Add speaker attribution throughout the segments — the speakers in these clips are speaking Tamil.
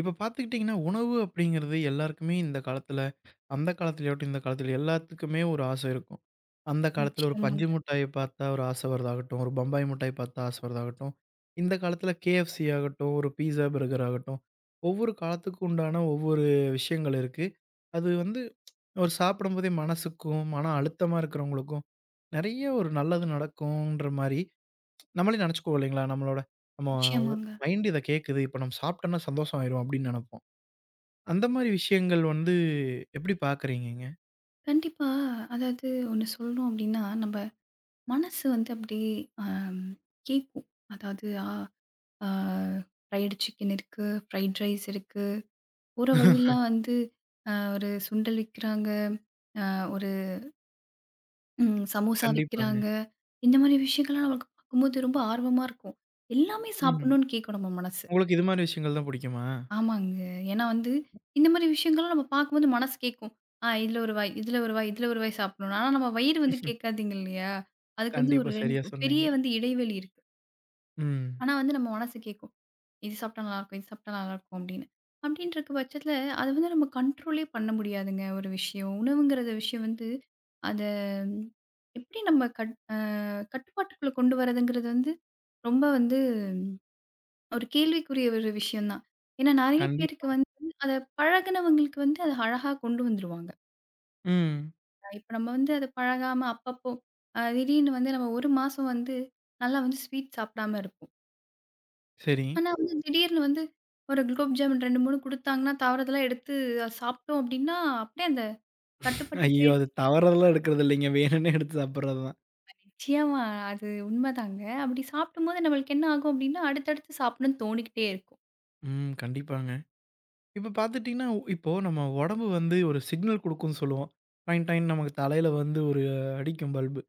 Speaker 1: இப்ப பார்த்துக்கிட்டிங்கன்னா, உணவு அப்படிங்கிறது எல்லாருக்குமே இந்த காலத்துல, அந்த காலத்துலயாகட்டும், இந்த காலத்துல எல்லாத்துக்குமே ஒரு ஆசை இருக்கும். அந்த காலத்துல ஒரு பஞ்சு
Speaker 2: நிச்சயமாங்க,
Speaker 1: மிட்டாய பார்த்தா ஒரு ஆசை வரதாகட்டும், ஒரு பம்பாய் மிட்டாய் பார்த்தா ஆசை வரதாகட்டும், இந்த காலத்துல KFC ஆகட்டும், ஒரு பீஸா, பர்கர் ஆகட்டும், ஒவ்வொரு காலத்துக்கு உண்டான ஒவ்வொரு விஷயங்கள் இருக்கு. அது வந்து ஒரு சாப்பிடும்போதே மனசுக்கும், மன அழுத்தமா இருக்கிறவங்களுக்கும் நெறைய ஒரு நல்லது நடக்கும்ன்ற மாரி நம்மளே நெனச்சுக்குவோம் இல்லைங்களா? நம்மளோட நம்ம
Speaker 2: நிச்சயமாங்க.
Speaker 1: மைண்ட் இத கேட்குது. இப்ப நம்ம சாப்பிட்டோம்னா சந்தோஷம் ஆயிரும் அப்படின்னு நெனப்போம். அந்த மாரி விஷயங்கள் வந்து எப்படி பார்க்குறீங்கங்க?
Speaker 2: கண்டிப்பா, அதாவது ஒண்ணு சொல்லணும் அப்டின்னா, நம்ப மனசு வந்து அப்டியே அம் கேக்கும். அதாவது, ஆ ஆ ஃப்ரைடு சிக்கன் இருக்கு, ஃப்ரைட் ரைஸ் இருக்கு, போற வழியெல்லாம் வந்து ஒரு சுண்டல் விக்கிறாங்க, ஒரு சமோசா
Speaker 1: கண்டிப்பாங்க.
Speaker 2: விக்கிறாங்க. இந்த மாரி விஷயங்கள்லாம் நமக்கு பாக்கும்போது ரொம்ப ஆர்வமா இருக்கும். எல்லாமே
Speaker 1: ம்.
Speaker 2: சாப்பிடணும்னு கேக்கும் நம்ம மனசு.
Speaker 1: உங்களுக்கு இது மாரி விஷயங்கள் தான் புடிக்குமா?
Speaker 2: ஆமாங்க. ஏன்னா வந்து, இந்த மாரி விஷயங்கள்லாம் நம்ம பார்க்கும்போது மனசு கேட்கும். இதுல ஒரு வாய், இதுல ஒரு வாய், இதுல ஒரு வாய் சாப்பிடணும். ஆனா நம்ம வயிறு வந்து கேட்காதுங்க இல்லையா? அதுக்கு வந்து
Speaker 1: கண்டிப்பா,
Speaker 2: ஒரு 2
Speaker 1: சரியா சொன்னீங்க.
Speaker 2: பெரிய வந்து இடைவெளி இருக்கு.
Speaker 1: ம்.
Speaker 2: ஆனா வந்து நம்ம மனசு கேட்கும். இது சாப்பிட்டா நல்லாருக்கும், இது சாப்பிட்டா நல்லாருக்கும் அப்படின்னு. அப்படின்னு இருக்க பட்சத்தில, அத வந்து நம்ம கண்ட்ரோலே பண்ண முடியாதுங்க ஒரு விஷயம். உணவுங்கிறத விஷயம் வந்து, அத எப்படி நம்ம கட்டுப்பாட்டுக்குள்ள கொண்டு வரதுங்கிறது வந்து, ரொம்ப வந்து ஒரு கேள்விக்குரிய ஒரு விஷயம் தான். ஏன்னா நெறைய
Speaker 1: கண்டிப்பா.
Speaker 2: பேருக்கு வந்து அத பழகுனவங்களுக்கு வந்து அத அழகா கொண்டு வந்துருவாங்க.
Speaker 1: ம்.
Speaker 2: இப்ப நம்ம வந்து அத பழகாம அப்பப்போ திடீர்னு வந்து நம்ம 1 மாசம் வந்து நல்லா வந்து ஸ்வீட் சாப்பிடாம இருப்போம்.
Speaker 1: சரி.
Speaker 2: ஆனா வந்து திடீர்னு வந்து ஒரு குலோப் ஜாமுன் 2, 3 குடுத்தாங்கன்னா தவறுதலா எடுத்து அத சாப்பிட்டோம் அப்படின்னா, அப்படியே அந்த கட்டுப்பட்டு
Speaker 1: ஐயய்யோ!
Speaker 2: போயிடுது.
Speaker 1: அது தவறுதெல்லாம் எடுக்கிறது இல்லைங்க. வேணுன்னே எடுத்து சாப்பிடுறது தான்.
Speaker 2: நிச்சயமா அது உண்மதாங்க. அப்படி சாப்பிடும்போது நம்மளுக்கு என்ன ஆகும் அப்படின்னா, அடுத்தடுத்து சாப்பிடணும்னு தோணிக்கிட்டே இருக்கும்.
Speaker 1: ம். கண்டிப்பாங்க. இப்ப பார்த்துட்டீங்கன்னா, இப்போ நம்ம உடம்பு வந்து ஒரு சிக்னல் குடுக்கும்ன்னு சொல்லுவோம். டாய் டாய்ன்னு நமக்கு தலையில வந்து ஒரு அடிக்கும் பல்பு.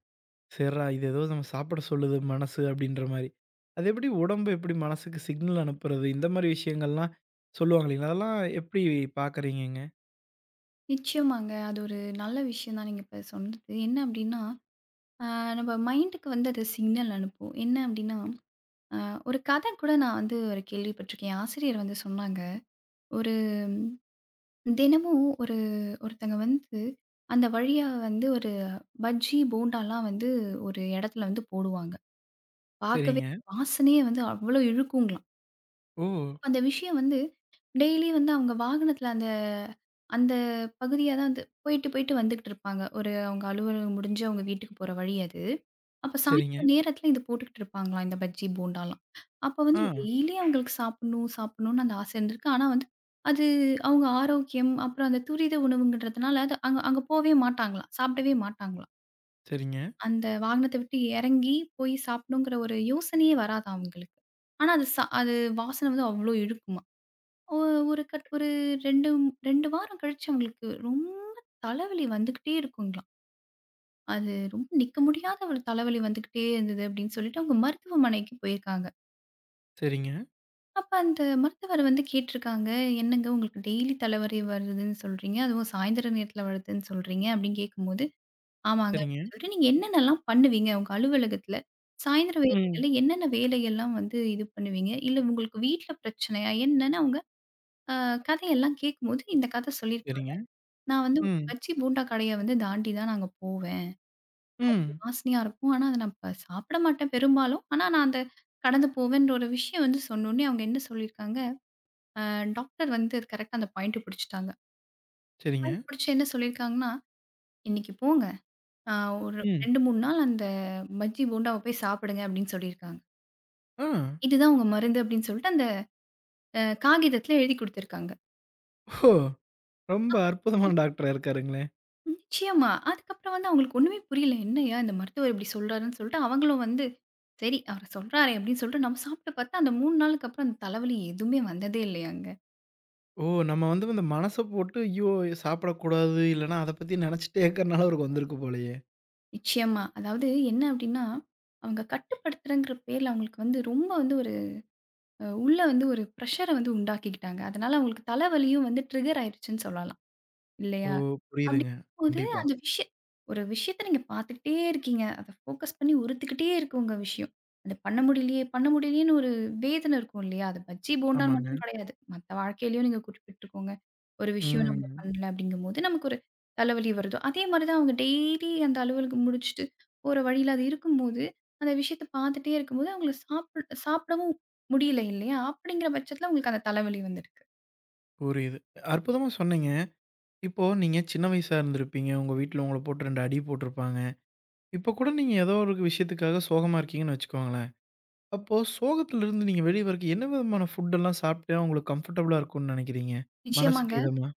Speaker 1: சேர்றா, இது ஏதோ நம்ம சாப்பிட சொல்லுது மனசு அப்படின்ற மாரி. அது எப்படி உடம்பு எப்படி மனசுக்கு சிக்னல் அனுப்புறது? இந்த மாரி விஷயங்கள்லாம் சொல்லுவாங்க இல்லைங்களா? அதெல்லாம் எப்படி பார்க்குறீங்கங்க?
Speaker 2: நிச்சயமாங்க. அது ஒரு நல்ல விஷயம் தான் நீங்க இப்ப சொன்னது. என்ன அப்படின்னா ஆ, நம்ம மைண்டுக்கு வந்து அது சிக்னல் அனுப்பும். என்ன அப்டின்னா, அ ஒரு கதை கூட நான் வந்து ஒரு கேள்விப்பட்டிருக்கேன். என் ஆசிரியர் வந்து சொன்னாங்க. ஒரு ம், தினமும் ஒரு ஒருத்தங்க வந்து அந்த வழியா வந்து ஒரு பஜ்ஜி, போண்டாலாம் வந்து ஒரு இடத்துல வந்து போடுவாங்க. பார்க்கவே
Speaker 1: சரிங்க.
Speaker 2: வாசனையே வந்து அவ்ளோ இழுக்குங்களாம்.
Speaker 1: ஓ!
Speaker 2: அந்த விஷயம் வந்து டெய்லி வந்து அவங்க வாகனத்துல அந்த அந்த பகுதியா தான் வந்து போயிட்டு, போயிட்டு வந்துகிட்டு இருப்பாங்க. ஒரு அவங்க அலுவலகம் முடிஞ்சு அவங்க வீட்டுக்கு போற வழி அது. அப்ப
Speaker 1: சரிங்க.
Speaker 2: சாயந்தரம் நேரத்துல இது போட்டுக்கிட்டு இருப்பாங்களாம், இந்த பஜ்ஜி, போண்டாலாம். அப்ப வந்து
Speaker 1: ஆ.
Speaker 2: டெய்லி அவங்களுக்கு சாப்பிடணும், சாப்பிடணும்னு அந்த ஆசை இருந்திருக்கு. ஆனா வந்து அது அவங்க ஆரோக்கியம், அப்புறம் அந்த துரித உணவுங்கன்றதுனால அது அங்க அங்க போவே மாட்டாங்களாம். சாப்பிடவே மாட்டாங்களாம்.
Speaker 1: சரிங்க,
Speaker 2: அந்த வாகனத்த விட்டு இறங்கி போய் சாப்பிடணுங்கிற ஒரு யோசனையே வராதாம் அவங்களுக்கு. ஆனா அது ச அது வாசனை வந்து அவ்ளோ இழுக்குமாம். ஒ ஒரு கட் ஒரு 2 2 வாரம் கழிச்சு அவங்களுக்கு ரொம்ப தலைவலி வந்துகிட்டே இருக்குங்களாம். அது ரொம்ப நிக்க முடியாத ஒரு தலைவலி வந்துகிட்டே இருந்தது அப்படின்னு சொல்லிட்டு அவங்க மருத்துவமனைக்கு போயிருக்காங்க.
Speaker 1: சரிங்க,
Speaker 2: அப்ப அந்த மருத்துவர் வந்து கேட்டுருக்காங்க, "என்னங்க உங்களுக்கு டெய்லி தலைவலி வருதுன்னு சொல்றீங்க. அதுவும் சாயந்தர நேரத்தில வருதுன்னு சொல்றீங்க." அப்படின்னு கேட்கும்போது, "ஆமாங்க."
Speaker 1: சரிங்க.
Speaker 2: அப்படின்னு சொல்லிட்டு, "நீங்க என்னென்னலாம் பண்ணுவீங்க உங்க அலுவலகத்தில? சாயந்தர
Speaker 1: ம்.
Speaker 2: வேலைகள்ல என்னென்ன வேலையெல்லாம் வந்து இது பண்ணுவீங்க? இல்ல உங்களுக்கு வீட்ல பிரச்சனையா?" என்னன்னு அவங்க அ கதையெல்லாம் கேட்கும்போது இந்த கதை சொல்லியிருக்காங்க.
Speaker 1: சரிங்க.
Speaker 2: நான் வந்து ஒரு
Speaker 1: ம்.
Speaker 2: பஜ்ஜி, போண்டா கடைய வந்து தாண்டி தான் நாங்க போவேன்.
Speaker 1: ம்.
Speaker 2: வாசனையா இருக்கும். ஆனா, அத நான் சாப்பிட மாட்டேன் பெரும்பாலும். ஆனா, நான் அந்த கடந்து போவேன்ற ஒரு விஷயம் வந்து சொன்னோனே, அவங்க என்ன சொல்லியிருக்காங்க, அ டாக்டர் வந்து கரெக்ட்டா அந்த பாயிண்ட் பிடிச்சுட்டாங்க.
Speaker 1: சரிங்க.
Speaker 2: பாயிண்ட் பிடிச்சு என்ன சொல்லியிருக்காங்கன்னா, "இன்னைக்கு போங்க. அ ஒரு
Speaker 1: ம்.
Speaker 2: 2, 3 நாள் அந்த பஜ்ஜி, போண்டாவ போய் சாப்பிடுங்க" அப்படின்னு சொல்லியிருக்காங்க.
Speaker 1: ஆ.
Speaker 2: "இதுதான் உங்க மருந்து" அப்படின்னு சொல்லிட்டு அந்த காகிதத்தில எழுதி குடுத்துருக்காங்க.
Speaker 1: ஓ! ரொம்ப அற்புதமான டாக்டரா இருக்காருங்களே.
Speaker 2: நிச்சயமா. அதுக்கப்புறம் வந்து அவங்களுக்கு ஒண்ணுமே புரியல. என்னய்யா! இந்த மருத்துவர் இப்படி சொல்றாருன்னு சொல்லிட்டு, அவங்களும் வந்து, சரி அவரு சொல்றாரே அப்படின்னு சொல்லிட்டு நம்ம சாப்பிட்டு பார்த்தா, அந்த 3 நாளுக்கு அப்புறம் அந்த தலைவலி எதுவுமே வந்ததே இல்லையாங்க.
Speaker 1: ஓ! நம்ம வந்து இந்த மனச போட்டு ஐயோ! சாப்பிடக்கூடாது, இல்லன்னா அத பத்தி நெனச்சுட்டே இருக்கறனால அவருக்கு வந்திருக்கு போலயே.
Speaker 2: நிச்சயமா. அதாவது என்ன அப்படின்னா, அவங்க கட்டுப்படுத்துறேங்கிற பேர்ல அவங்களுக்கு வந்து ரொம்ப வந்து ஒரு உள்ள வந்து ஒரு பிரஷர வந்து உண்டாக்கிக்கிட்டாங்க. அதனால அவங்களுக்கு தலைவலியும் வந்து ட்ரிகர் ஆயிருச்சுன்னு சொல்லலாம்.
Speaker 1: ஓ!
Speaker 2: இல்லையா?
Speaker 1: புரியுதுங்க.
Speaker 2: அப்படிங்கும்போது
Speaker 1: கண்டிப்பா.
Speaker 2: அந்த விஷயம் ஒரு விஷயத்த நீங்க பார்த்துக்கிட்டே இருக்கீங்க. அத ஃபோக்கஸ் பண்ணி உறுத்துக்கிட்டே இருக்கு உங்க விஷயம். அது பண்ண முடியலையே, பண்ண முடியலையேன்னு ஒரு வேதனை இருக்கும் இல்லையா? அது பஜ்ஜி, போண்டான்னு
Speaker 1: ஆமாங்க.
Speaker 2: மட்டும் கிடையாது. மத்த வாழ்க்கையிலயும் நீங்க குறிப்பிட்டுருக்கோங்க. ஒரு விஷயம் நம்ம
Speaker 1: ம்.
Speaker 2: பண்ணல அப்படிங்கும்போது நமக்கு ஒரு தலைவலி வருதோ, அதே மாரி தான் அவங்க டெய்லி அந்த அலுவலுக்கு முடிச்சுட்டு போற வழியில அது இருக்கும்போது, அந்த விஷயத்த பார்த்துட்டே இருக்கும்போது அவங்களுக்கு சாப்பிட சாப்பிடவும் முடியல இல்லையா? அப்படிங்கிற பட்சத்தில உங்களுக்கு அந்த தலைவலி வந்திருக்கு.
Speaker 1: புரியுது. அற்புதமா சொன்னீங்க. இப்போ நீங்க சின்ன வயசா இருந்திருப்பீங்க. உங்க வீட்ல உங்கள போட்டு 2 அடி போட்டிருப்பாங்க. இப்போ கூட நீங்க ஏதோ ஒரு விஷயத்துக்காக சோகமா இருக்கீங்கன்னு வச்சுக்கோங்களேன். அப்போ சோகத்திலிருந்து நீங்க வெளிய வரக்கு என்ன விதமான ஃபுட் எல்லாம் சாப்பிட்டா உங்களுக்கு கம்ஃபர்டபுளா இருக்கும்னு நினைக்கிறீங்க?
Speaker 2: நிச்சயமாங்க.
Speaker 1: மனசுக்கு இதமா?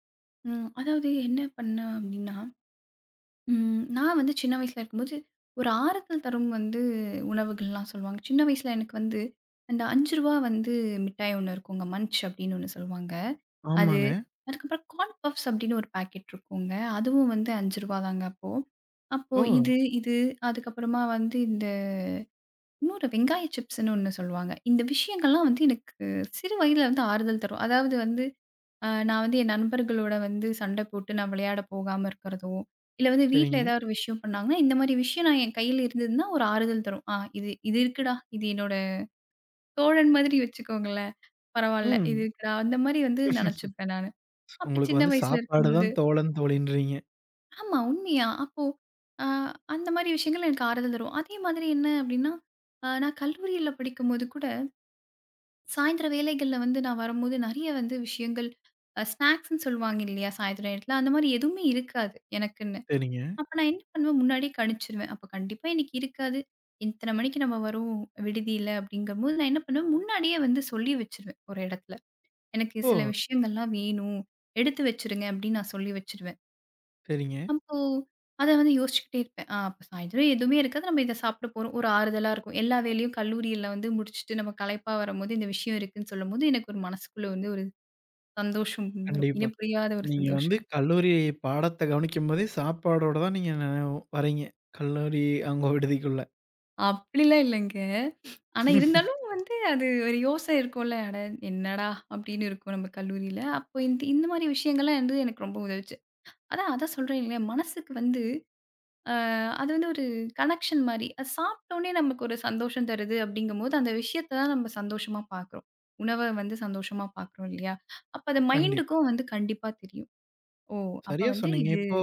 Speaker 2: அதாவது என்ன பண்ணேன் அப்படின்னா நான் வந்து சின்ன வயசுல இருக்கும்போது, ஒரு ஆறுதல் தரும் வந்து உணவுகள்லாம் சொல்லுவாங்க. சின்ன வயசுல எனக்கு வந்து, அந்த ரூ. 5 வந்து மிட்டாய் ஒண்ணு இருக்குங்க. மன்ச் அப்படின்னு ஒண்ணு சொல்லுவாங்க. அது
Speaker 1: ஆமாங்க.
Speaker 2: அதுக்கப்புறம் கார்ன் பஃப்ஸ் அப்படின்னு ஒரு பாக்கெட் இருக்குங்க. அதுவும் வந்து ரூ. 5 தாங்க அப்போ. அப்போ
Speaker 1: ஓ!
Speaker 2: இது அதுக்கப்புறமா வந்து இந்த இன்னொரு வெங்காய சிப்ஸ்ன்னு ஒண்ணு சொல்லுவாங்க. இந்த விஷயங்கள்லாம் வந்து எனக்கு சிறு வயதில வந்து ஆறுதல் தரும். அதாவது வந்து நான் வந்து என் நண்பர்களோட வந்து சண்டை போட்டு நான் விளையாட போகாம இருக்கிறதோ, இல்ல வந்து வீட்ல
Speaker 1: சரிங்க.
Speaker 2: ஏதாவது ஒரு விஷயம் பண்ணாங்கன்னா, இந்த மாரி விஷயம் நான் என் கையில இருந்ததுன்னா ஒரு ஆறுதல் தரும். இது இது இருக்குடா. இது என்னோட தோழன் மாதிரி வச்சுக்கோங்களேன். பரவால்ல. இது
Speaker 1: ம்.
Speaker 2: இருக்குடா. அந்த மாரி வந்து நெனச்சுப்பேன் நானு. அப்ப
Speaker 1: உங்களுக்கு
Speaker 2: சின்ன
Speaker 1: வந்து
Speaker 2: வயசுல
Speaker 1: சாப்பாடு
Speaker 2: இருக்கும்போது
Speaker 1: தான் தோழன், தோழின்றீங்க.
Speaker 2: ஆமா உண்மையா. அப்போ அ அந்த மாரி விஷயங்கள் எனக்கு ஆறுதல் தரும். அதே மாதிரி என்ன அப்டின்னா, நான் கல்லூரியில படிக்கும்போது கூட சாயந்தர வேலைகள்ல வந்து நான் வரும்போது நெறைய வந்து விஷயங்கள் ஸ்நாக்ஸ்ன்னு சொல்லுவாங்க இல்லையா? சாயந்தரம் நேரத்தில அந்த மாரி எதுவுமே இருக்காது எனக்குன்னு.
Speaker 1: சரிங்க.
Speaker 2: அப்ப நான் என்ன பண்ணுவேன் முன்னாடியே கணிச்சுருவேன். அப்ப கண்டிப்பா இன்னைக்கு இருக்காது. இத்தன மணிக்கு நம்ம வருவோம் விடுதியில அப்படிங்கும்போது நான் என்ன பண்ணுவேன் முன்னாடியே வந்து சொல்லி வச்சுருவேன் ஒரு இடத்துல. எனக்கு
Speaker 1: ஓ!
Speaker 2: சில விஷயங்கள்லாம் வேணும். எடுத்து வச்சுருங்க அப்படின்னு நான் சொல்லி வச்சுருவேன்.
Speaker 1: சரிங்க.
Speaker 2: அப்போ, அத வந்து யோசிச்சுக்கிட்டே இருப்பேன். ஆ அப்ப சாயந்தரம் எதுவுமே இருக்காது. நம்ம இத சாப்பிட போறோம். ஒரு ஆறுதலா இருக்கும். எல்லா வேலையும் கல்லூரியில வந்து முடிச்சுட்டு நம்ம களைப்பா வரும்போது, இந்த விஷயம் இருக்குன்னு சொல்லும்போது, எனக்கு ஒரு மனசுக்குள்ள வந்து ஒரு சந்தோஷம் வரும்.
Speaker 1: கண்டிப்பா.
Speaker 2: இனப்புரியாத ஒரு
Speaker 1: நீங்க வந்து
Speaker 2: சந்தோஷம்.
Speaker 1: கல்லூரி பாடத்த கவனிக்கும்போதே சாப்பாடோட தான் நீங்க வரீங்க. கல்லூரி அங்க விடுதிக்குள்ள.
Speaker 2: அப்படிலாம் இல்லைங்க. ஆனா இருந்தாலும் வந்து அது ஒரு யோசனை இருக்கும்ல. அட என்னடா! அப்படின்னு இருக்கும் நம்ம கல்லூரியில. அப்போ இந்த இந்த மாரி விஷயங்கள்லாம் வந்து எனக்கு ரொம்ப உதவுச்சு. அதான் அதான் சொல்றேன் இல்லையா? மனசுக்கு வந்து அ அது வந்து ஒரு கனெக்ஷன் மாரி. அது சாப்பிட்டோனே நமக்கு ஒரு சந்தோஷம் தருது அப்படிங்கும்போது, அந்த விஷயத்த தான் நம்ம சந்தோஷமா பார்க்குறோம். உணவ வந்து சந்தோஷமா பார்க்குறோம் இல்லையா? அப்ப அது
Speaker 1: கண்டிப்பா.
Speaker 2: மைண்டுக்கும் வந்து கண்டிப்பா தெரியும். ஓ! அப்ப
Speaker 1: சரியா
Speaker 2: வந்து
Speaker 1: சொன்னீங்க.
Speaker 2: இது
Speaker 1: இப்போ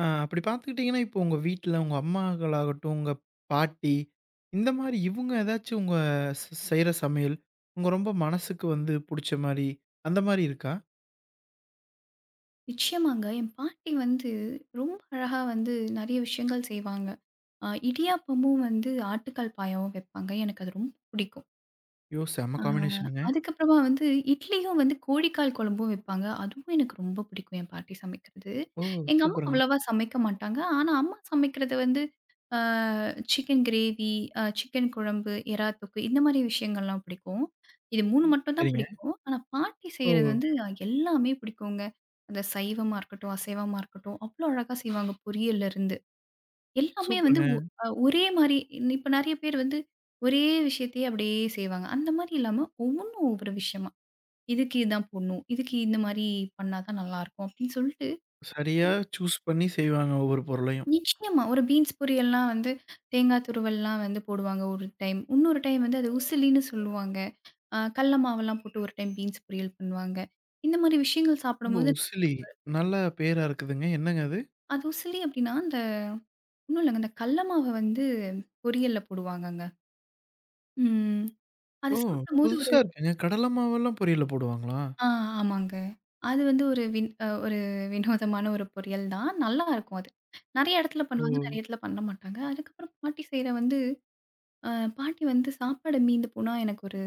Speaker 1: அப்படி பார்த்துக்கிட்டீங்கன்னா, இப்போ உங்க வீட்ல உங்க அம்மாக்களாகட்டும், உங்க பாட்டி, இந்த மாரி இவுங்க ஏதாச்சும் உங்க செய்ற சமையல், உங்க ரொம்ப மனசுக்கு வந்து புடிச்ச மாரி, அந்த மாரி இருக்கா?
Speaker 2: நிச்சயமாங்க. என் பாட்டி வந்து ரொம்ப அழகா வந்து நெறைய விஷயங்கள் செய்வாங்க. இடியாப்பமும் வந்து ஆட்டுக்கால் பாயாவும் வைப்பாங்க. எனக்கு அது ரொம்ப பிடிக்கும்.
Speaker 1: ஐயோ! செம்ம
Speaker 2: அ
Speaker 1: காம்பினேஷனுங்க.
Speaker 2: அதுக்கப்புறமா வந்து இட்லியும் வந்து கோழிக்கால் குழம்பும் வைப்பாங்க. அதுவும் எனக்கு ரொம்ப பிடிக்கும் என் பாட்டி சமைக்கிறது.
Speaker 1: ஓ!
Speaker 2: எங்க அம்மா
Speaker 1: சூப்பருங்க.
Speaker 2: அவ்வளவா சமைக்க மாட்டாங்க. ஆனா, அம்மா சமைக்கிறது வந்து அ சிக்கன் கிரேவி, சிக்கன் குழம்பு, எறா தொக்கு இந்த மாரி விஷயங்கள்லாம் பிடிக்கும். இது 3 மட்டும் தான்
Speaker 1: சரிங்க.
Speaker 2: பிடிக்கும். ஆனா, பாட்டி
Speaker 1: ஓ!
Speaker 2: செய்றது வந்து எல்லாமே பிடிக்குங்க. அந்த சைவமா இருக்கட்டும், அசைவமா இருக்கட்டும், அவ்ளோ அழகா செய்வாங்க. பொரியல்லருந்து. எல்லாமே வந்து
Speaker 1: சூப்பருங்க.
Speaker 2: ஒ அ ஒரே மாரி இப்ப நெறைய பேர் வந்து ஒரே விஷயத்தையே அப்படியே செய்வாங்க. அந்த மாரி இல்லாம ஒவ்வொன்னும் ஒவ்வொரு விஷயமா. இதுக்கு இதான் போடணும். இதுக்கு இந்த மாரி பண்ணா தான் நல்லாருக்கும் அப்படின்னு சொல்ட்டு
Speaker 1: சரியா சூஸ் பண்ணி செய்வாங்க ஒவ்வொரு பொருளையும்.
Speaker 2: நிச்சயமா. ஒரு பீன்ஸ் பொரியல்லாம் வந்து தேங்காய் துருவல்லாம் வந்து போடுவாங்க ஒரு டைம். இன்னொரு டைம் வந்து அது உசிலின்னு சொல்லுவாங்க. கடல மாவெல்லாம் போட்டு ஒரு டைம் பீன்ஸ் பொரியல் பண்ணுவாங்க. இந்த மாரி விஷயங்கள்
Speaker 1: ஓ!
Speaker 2: சாப்பிடும்போது
Speaker 1: உசிலி. நல்ல பேரா இருக்குதுங்க. என்னங்க அது?
Speaker 2: அது உசிலி அப்டின்னா, அந்த ஒண்ணும் இல்லங்க. அந்த கடல மாவ வந்து பொரியல்ல போடுவாங்கங்க. ம். அது
Speaker 1: ஓ!
Speaker 2: சாப்பிடும்போது ஒரு
Speaker 1: புதுசா இருக்குங்க. கடல மாவெல்லாம் பொரியல்ல போடுவாங்களா?
Speaker 2: ஆ ஆமாங்க. அது வந்து ஒரு வின் அ ஒரு வினோதமான ஒரு பொரியல் தான். நல்லாருக்கும் அது. நெறைய இடத்துல
Speaker 1: ஓ!
Speaker 2: பண்ணுவாங்க, நெறைய இடத்துல பண்ண மாட்டாங்க. அதுக்கப்புறம் பாட்டி செய்ற வந்து அ பாட்டி வந்து சாப்பாடு மீந்து போனா எனக்கு ஒரு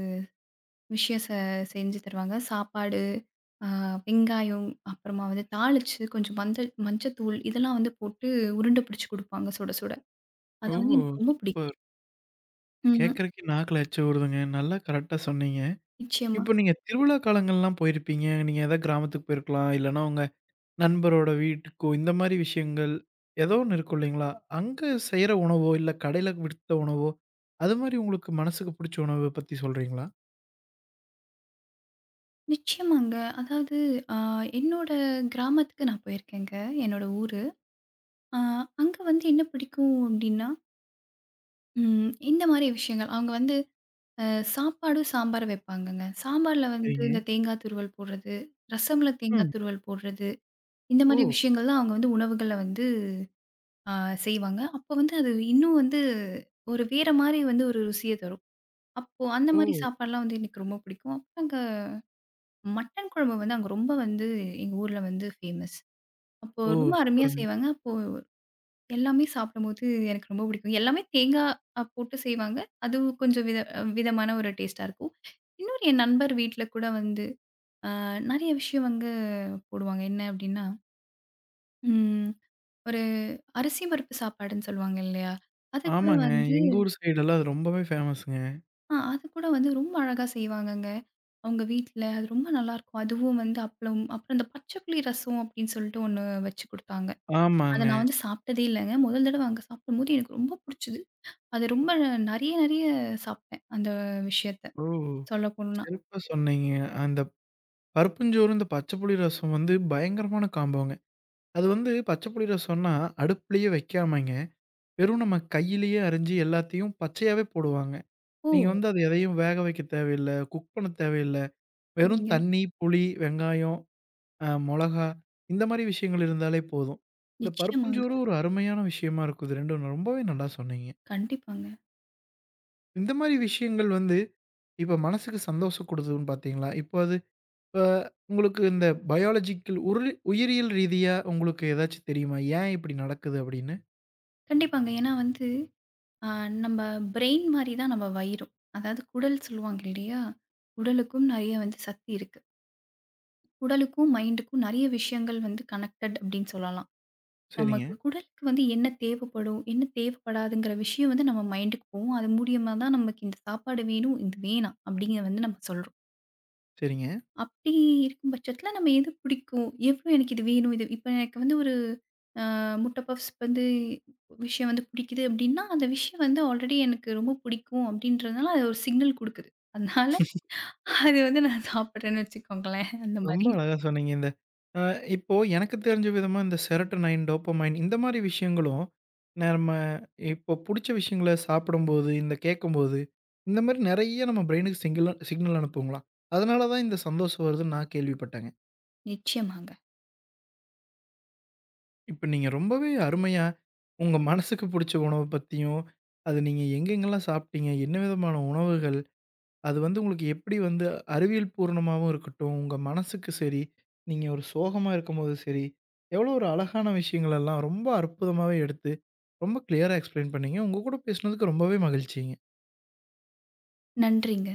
Speaker 2: விஷயம் செஞ்சு தருவாங்க. சாப்பாடு, அ வெங்காயம், அப்புறமா வந்து தாளிச்சு கொஞ்சம் மஞ்சத்தூள் இதெல்லாம் வந்து போட்டு உருண்டை பிடிச்சு குடுப்பாங்க சுட சுட.
Speaker 1: ஓ!
Speaker 2: அது வந்து எனக்கு ரொம்ப பிடிக்கும்.
Speaker 1: சூப்பர்.
Speaker 2: ம்.
Speaker 1: கேட்கறக்கே நாக்குல எச்சி ஊறுதுங்க. நல்லா கரெக்ட்டா சொன்னீங்க.
Speaker 2: நிச்சயமா.
Speaker 1: இப்ப நீங்க திருவிழா காலங்கள்லாம் போயிருப்பீங்க. நீங்க ஏதாவது கிராமத்துக்கு போயிருக்கலாம். இல்லன்னா உங்க நண்பரோட வீட்டுக்கோ, இந்த மாரி விஷயங்கள் ஏதோ ஒண்ணு இருக்கும் இல்லைங்களா? அங்க செய்ற உணவோ, இல்ல கடையில வித்த உணவோ, அது மாரி உங்களுக்கு மனசுக்கு புடிச்ச உணவ பத்தி சொல்றீங்களா?
Speaker 2: நிச்சயமாங்க. அதாவது அ என்னோட கிராமத்துக்கு நான் போயிருக்கேங்க. என்னோட ஊரு. அ அங்க வந்து என்ன பிடிக்கும் அப்டின்னா, ம் இந்த மாரி விஷயங்கள். அவங்க வந்து அ சாப்பாடும், சாம்பாரும் வைப்பாங்கங்க. சாம்பார்ல வந்து
Speaker 1: சரிங்க.
Speaker 2: இந்த தேங்காய் துருவல் போடுறது, ரசம்ல
Speaker 1: ம்.
Speaker 2: தேங்காய் துருவல் போடுறது, இந்த
Speaker 1: ஓ!
Speaker 2: மாரி விஷயங்கள்லாம் அவங்க வந்து உணவுகள்ல வந்து ஆ செய்வாங்க. அப்போ வந்து அது இன்னும் வந்து ஒரு வேற மாரி வந்து ஒரு ருசிய தரும். அப்போ அந்த
Speaker 1: ஓ!
Speaker 2: மாரி சாப்பாடுலாம் வந்து எனக்கு ரொம்ப பிடிக்கும். அப்புறம் அங்க மட்டன் குழம்பு வந்து அங்க ரொம்ப வந்து எங்க ஊர்ல வந்து ஃபேமஸ். அப்போ
Speaker 1: ஓ!
Speaker 2: ரொம்ப அருமையா
Speaker 1: சூப்பருங்க.
Speaker 2: செய்வாங்க. அப்போ எல்லாமே சாப்பிடும்போது எனக்கு ரொம்ப பிடிக்கும். எல்லாமே தேங்கா அ போட்டு செய்வாங்க. அது கொஞ்சம் வித விதமான ஒரு டேஸ்ட்டா இருக்கும். இன்னொரு என் நண்பர் வீட்ல கூட வந்து அ நெறைய விஷயம் வந்து போடுவாங்க. என்ன அப்டின்னா, ம் ஒரு அரிசி பருப்பு சாப்பாடுன்னு சொல்லுவாங்க இல்லையா? அது கூட
Speaker 1: ஆமாங்க.
Speaker 2: வந்து
Speaker 1: எங்க ஊர் சைடெல்லாம் அது ரொம்பவே ஃபேமஸ்ங்க.
Speaker 2: ஆ அது கூட வந்து ரொம்ப அழகா செய்வாங்கங்க. அவங்க வீட்ல. அது ரொம்ப நல்லாருக்கும். அதுவும் வந்து அப்பளம், அப்புறம் இந்த பச்சை புளி ரசம் அப்படின்னு சொல்லிட்டு ஒண்ணு வச்சு குடுத்தாங்க. அத
Speaker 1: ஆமாங்க.
Speaker 2: நான் வந்து சாப்பிட்டதே இல்லங்க. முதல் தடவ அங்க சாப்பிடும்போது எனக்கு ரொம்ப புடிச்சது. அது ரொம்ப நெறைய நெறைய சாப்பிட்டேன். அந்த விஷயத்த
Speaker 1: ஓ!
Speaker 2: சொல்லப் போணும்னா.
Speaker 1: சிறப்பா சொன்னீங்க. அந்த பருப்புஞ்சோறு, இந்த பச்ச புளி ரசம் வந்து பயங்கரமான காம்போங்க. அது வந்து பச்ச புளி ரசம்னா, அடுப்புலயே வைக்காமங்க, வெறும் நம்ம கையிலயே அரிஞ்சு எல்லாத்தையும் பச்சையாவே போடுவாங்க.
Speaker 2: ஓ!
Speaker 1: நீங்க வந்து அது எதையும் வேக வைக்க தேவையில்ல, குக் பண்ண தேவையில்ல. வெறும்
Speaker 2: சரிங்க.
Speaker 1: தண்ணி, புளி, வெங்காயம், மொளகா இந்த மாரி விஷயங்கள் இருந்தாலே போதும். இந்த
Speaker 2: நிச்சயமாங்க.
Speaker 1: பருப்புஞ்சோறு ஒரு அருமையான விஷயமா இருக்கும். இது 2 ரொம்பவே நல்லா சொன்னீங்க.
Speaker 2: கண்டிப்பாங்க.
Speaker 1: இந்த மாரி விஷயங்கள் வந்து இப்ப மனசுக்கு சந்தோஷம் குடுக்குதுன்னு பார்த்தீங்களா? இப்போ அது இப்ப உங்களுக்கு இந்த பயாலஜிக்கல் உயிரியல் ரீதியா உங்களுக்கு ஏதாச்சும் தெரியுமா? ஏன் இப்படி நடக்குது அப்படின்னு?
Speaker 2: கண்டிப்பாங்க. ஏன்னா வந்து அ நம்ம பிரெயின் மாரி தான் நம்ம வயிறும். அதாவது குடல் சொல்லுவாங்க இல்லையா? குடலுக்கும் நெறைய வந்து சக்தி இருக்கு. உடலுக்கும், மைண்டுக்கும் நெறைய விஷயங்கள் வந்து கனெக்டட் அப்டின்னு சொல்லலாம்.
Speaker 1: சரிங்க,
Speaker 2: நமக்கு குடலுக்கு வந்து என்ன தேவைப்படும், என்ன தேவைப்படாதுங்கிற விஷயம் வந்து நம்ம மைண்டுக்கு போகும். அது மூலியமா தான் நமக்கு இந்த சாப்பாடு வேணும், இது வேணாம் அப்டிங்கிறத வந்து நம்ம சொல்றோம்.
Speaker 1: சரிங்க.
Speaker 2: அப்டி இருக்கும் பட்சத்தில நம்ம எது பிடிக்கும், எவ்ளோ எனக்கு இது வேணும், இது இப்ப எனக்கு வந்து ஒரு முட்டை பப்ஸ் வந்து விஷயம் வந்து பிடிக்குது அப்டின்னா, அந்த விஷயம் வந்து ஆல்ரெடி எனக்கு ரொம்ப பிடிக்கும் அப்டின்றதுனால அது ஒரு சிக்னல் குடுக்குது. அதனால அது வந்து நான் சாப்பிடுறேன்னு வச்சுக்கோங்களேன். அந்த
Speaker 1: ரொம்ப
Speaker 2: மாரி.
Speaker 1: அழகா சொன்னீங்க. இந்த அ இப்போ எனக்கு தெரிஞ்ச விதமா இந்த செரோட்டோனைன், டோப்பமைன் இந்த மாரி விஷயங்களும், நம்ம இப்போ புடிச்ச விஷயங்கள சாப்பிடும்போது, இந்த கேட்கும்போது, இந்த மாரி நெறைய நம்ம பிரெயினுக்கு சிங்கில சிக்னல் அனுப்புங்களாம். அதனால தான் இந்த சந்தோஷம் வருதுன்னு நான் கேள்விப்பட்டேங்க.
Speaker 2: நிச்சயமாங்க.
Speaker 1: இப்ப நீங்க ரொம்பவே அருமையா உங்க மனசுக்கு புடிச்ச உணவ பத்தியும், அது நீங்க எங்கெங்கலாம் சாப்பிட்டீங்க? என்ன விதமான உணவுகள்? அது வந்து உங்களுக்கு எப்படி வந்து அறிவியல் பூரணமாவும் இருக்கட்டும், உங்க மனசுக்கு சரி, நீங்க ஒரு சோகமா இருக்கும்போது சரி, எவ்வளோ ஒரு அழகான விஷயங்களெல்லாம் ரொம்ப அற்புதமாவே எடுத்து, ரொம்ப கிளியரா எக்ஸ்பிளைன் பண்ணீங்க. உங்க கூட பேசுனதுக்கு ரொம்பவே மகிழ்ச்சிங்க.
Speaker 2: நன்றிங்க.